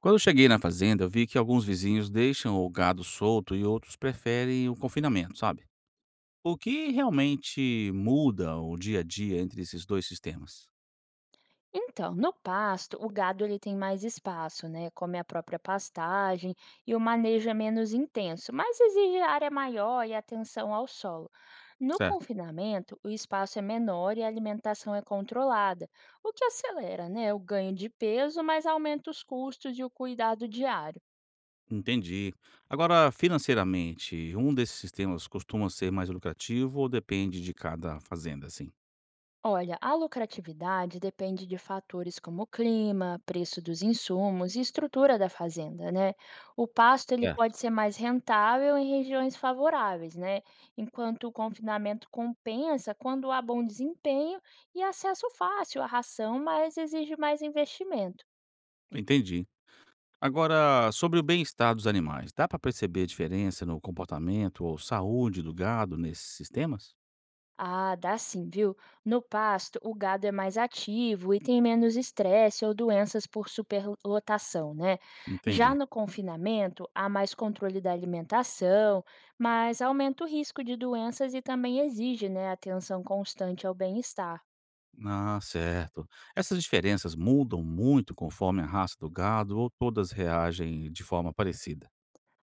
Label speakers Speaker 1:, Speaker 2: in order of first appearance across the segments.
Speaker 1: Quando eu cheguei na fazenda, eu vi que alguns vizinhos deixam o gado solto e outros preferem o confinamento, sabe? O que realmente muda o dia a dia entre esses dois sistemas?
Speaker 2: Então, no pasto, o gado ele tem mais espaço, né? Come a própria pastagem e o manejo é menos intenso, mas exige área maior e atenção ao solo. No
Speaker 1: Certo.
Speaker 2: confinamento, o espaço é menor e a alimentação é controlada, o que acelera, né, o ganho de peso, mas aumenta os custos e o cuidado diário.
Speaker 1: Entendi. Agora, financeiramente, um desses sistemas costuma ser mais lucrativo ou depende de cada fazenda, assim?
Speaker 2: Olha, a lucratividade depende de fatores como clima, preço dos insumos e estrutura da fazenda, né? O pasto ele
Speaker 1: Certo.
Speaker 2: pode ser mais rentável em regiões favoráveis, né? Enquanto o confinamento compensa quando há bom desempenho e acesso fácil à ração, mas exige mais investimento.
Speaker 1: Entendi. Agora, sobre o bem-estar dos animais, dá para perceber a diferença no comportamento ou saúde do gado nesses sistemas?
Speaker 2: Ah, dá sim, viu? No pasto, o gado é mais ativo e tem menos estresse ou doenças por superlotação, né? Já
Speaker 1: Entendi.
Speaker 2: no confinamento, há mais controle da alimentação, mas aumenta o risco de doenças e também exige, né, atenção constante ao bem-estar.
Speaker 1: Ah, certo. Essas diferenças mudam muito conforme a raça do gado ou todas reagem de forma parecida?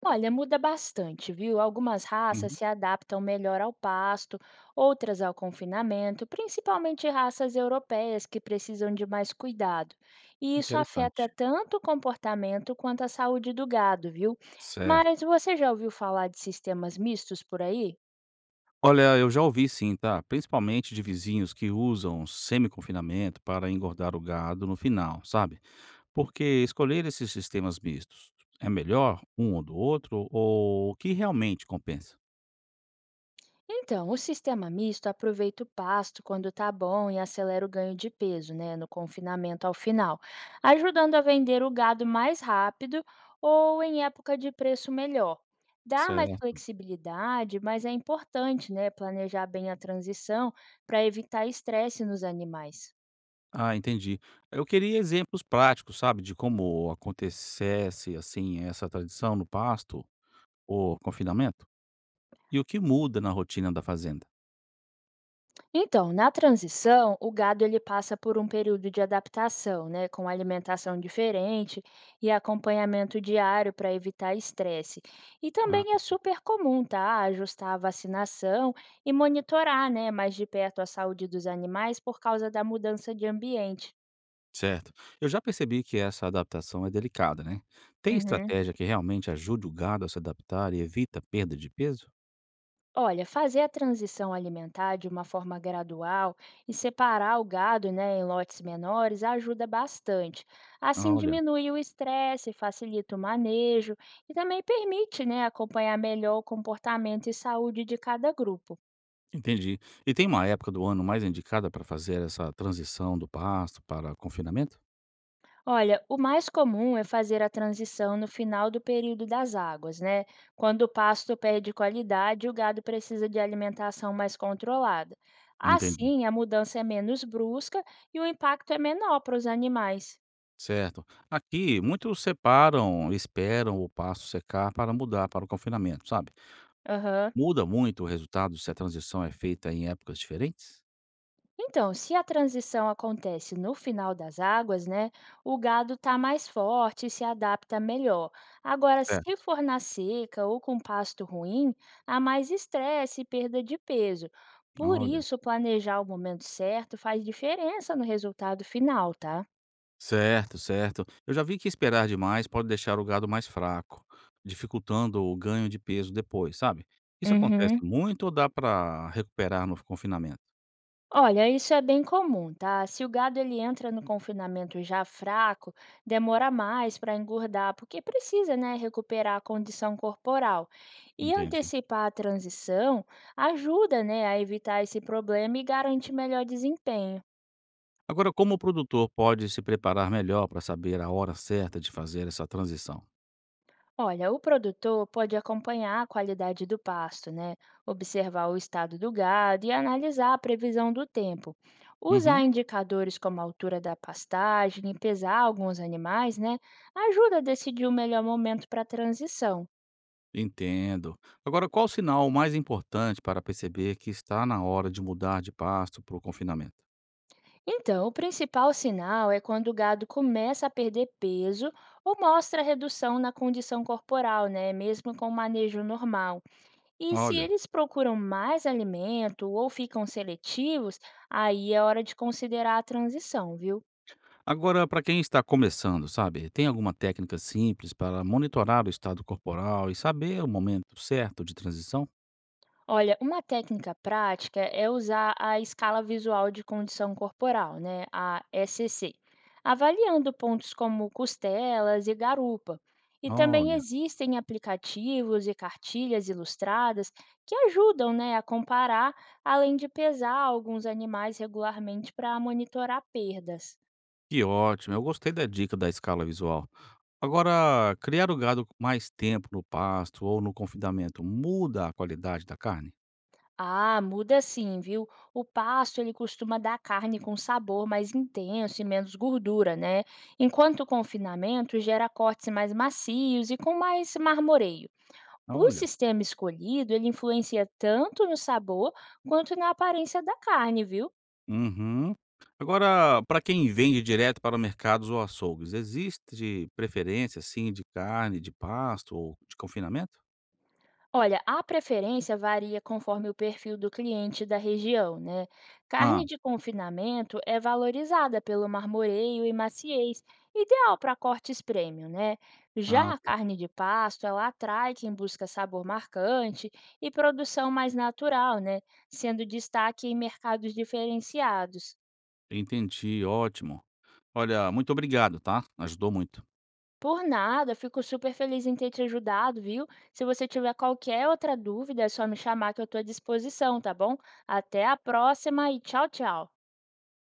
Speaker 2: Olha, muda bastante, viu? Algumas raças
Speaker 1: Uhum,
Speaker 2: se adaptam melhor ao pasto, outras ao confinamento, principalmente raças europeias que precisam de mais cuidado. E isso afeta
Speaker 1: interessante.
Speaker 2: tanto o comportamento quanto a saúde do gado, viu? Mas
Speaker 1: Certo.
Speaker 2: você já ouviu falar de sistemas mistos por aí?
Speaker 1: Olha, eu já ouvi sim, tá? Principalmente de vizinhos que usam semi-confinamento para engordar o gado no final, sabe? Porque escolher esses sistemas mistos é melhor um ou do outro ou o que realmente compensa?
Speaker 2: Então, o sistema misto aproveita o pasto quando está bom e acelera o ganho de peso, né, no confinamento ao final, ajudando a vender o gado mais rápido ou em época de preço melhor. Dá mais
Speaker 1: Certo.
Speaker 2: flexibilidade, mas é importante, né, planejar bem a transição para evitar estresse nos animais.
Speaker 1: Ah, entendi. Eu queria exemplos práticos, sabe, de como acontecesse assim essa tradição no pasto. O confinamento? E o que muda na rotina da fazenda?
Speaker 2: Então, na transição, o gado ele passa por um período de adaptação, né, com alimentação diferente e acompanhamento diário para evitar estresse. E
Speaker 1: Ah,
Speaker 2: também é super comum, tá, ajustar a vacinação e monitorar, né, mais de perto a saúde dos animais por causa da mudança de ambiente.
Speaker 1: certo. Eu já percebi que essa adaptação é delicada, né? Tem
Speaker 2: Uhum.
Speaker 1: estratégia que realmente ajude o gado a se adaptar e evita a perda de peso?
Speaker 2: Olha, fazer a transição alimentar de uma forma gradual e separar o gado, né, em lotes menores ajuda bastante. Assim
Speaker 1: Olha,
Speaker 2: diminui o estresse, facilita o manejo e também permite, né, acompanhar melhor o comportamento e saúde de cada grupo.
Speaker 1: entendi. E tem uma época do ano mais indicada para fazer essa transição do pasto para confinamento?
Speaker 2: Olha, o mais comum é fazer a transição no final do período das águas, né? Quando o pasto perde qualidade, o gado precisa de alimentação mais controlada.
Speaker 1: Entendi.
Speaker 2: Assim, a mudança é menos brusca e o impacto é menor para os animais.
Speaker 1: Certo. Aqui, muitos separam, esperam o pasto secar para mudar para o confinamento, sabe?
Speaker 2: Aham.
Speaker 1: Muda muito o resultado se a transição é feita em épocas diferentes?
Speaker 2: Então, se a transição acontece no final das águas, né, o gado está mais forte e se adapta melhor. Agora, se
Speaker 1: Certo.
Speaker 2: for na seca ou com pasto ruim, há mais estresse e perda de peso. Por
Speaker 1: Olha.
Speaker 2: isso, planejar o momento certo faz diferença no resultado final, tá?
Speaker 1: Certo, certo. Eu já vi que esperar demais pode deixar o gado mais fraco, dificultando o ganho de peso depois, sabe? Isso acontece
Speaker 2: Uhum.
Speaker 1: muito ou dá para recuperar no confinamento?
Speaker 2: Olha, isso é bem comum, tá? Se o gado ele entra no confinamento já fraco, demora mais para engordar, porque precisa, né, recuperar a condição corporal. E
Speaker 1: Entendi.
Speaker 2: antecipar a transição ajuda, né, a evitar esse problema e garante melhor desempenho.
Speaker 1: Agora, como o produtor pode se preparar melhor para saber a hora certa de fazer essa transição?
Speaker 2: Olha, o produtor pode acompanhar a qualidade do pasto, né? Observar o estado do gado e analisar a previsão do tempo. Usar
Speaker 1: Uhum,
Speaker 2: indicadores como a altura da pastagem e pesar alguns animais, né? Ajuda a decidir o melhor momento para a transição.
Speaker 1: entendo. Agora, qual o sinal mais importante para perceber que está na hora de mudar de pasto para o confinamento?
Speaker 2: Então, o principal sinal é quando o gado começa a perder peso ou mostra redução na condição corporal, né? Mesmo com o manejo normal. E se
Speaker 1: Olha.
Speaker 2: eles procuram mais alimento ou ficam seletivos, aí é hora de considerar a transição, viu?
Speaker 1: Agora, para quem está começando, sabe, tem alguma técnica simples para monitorar o estado corporal e saber o momento certo de transição?
Speaker 2: Olha, uma técnica prática é usar a escala visual de condição corporal, né, a SCC, avaliando pontos como costelas e garupa. E também
Speaker 1: Olha,
Speaker 2: existem aplicativos e cartilhas ilustradas que ajudam, né, a comparar, além de pesar alguns animais regularmente para monitorar perdas.
Speaker 1: que ótimo! Eu gostei da dica da escala visual. Agora, criar o gado com mais tempo no pasto ou no confinamento muda a qualidade da carne?
Speaker 2: Ah, muda sim, viu? O pasto ele costuma dar carne com sabor mais intenso e menos gordura, né? Enquanto o confinamento gera cortes mais macios e com mais marmoreio. O
Speaker 1: Olha.
Speaker 2: sistema escolhido ele influencia tanto no sabor quanto na aparência da carne, viu?
Speaker 1: Uhum. Agora, para quem vende direto para mercados ou açougues, existe preferência, assim, de carne, de pasto ou de confinamento?
Speaker 2: Olha, a preferência varia conforme o perfil do cliente e da região, né?
Speaker 1: Ah,
Speaker 2: Carne de confinamento é valorizada pelo marmoreio e maciez, ideal para cortes premium, né? Já
Speaker 1: ah,
Speaker 2: a carne de pasto, ela atrai quem busca sabor marcante e produção mais natural, né? Sendo destaque em mercados diferenciados.
Speaker 1: entendi, ótimo. Olha, muito obrigado, tá? Ajudou muito.
Speaker 2: Por nada, fico super feliz em ter te ajudado, viu? Se você tiver qualquer outra dúvida, é só me chamar que eu estou à disposição, tá bom? Até a próxima e tchau, tchau.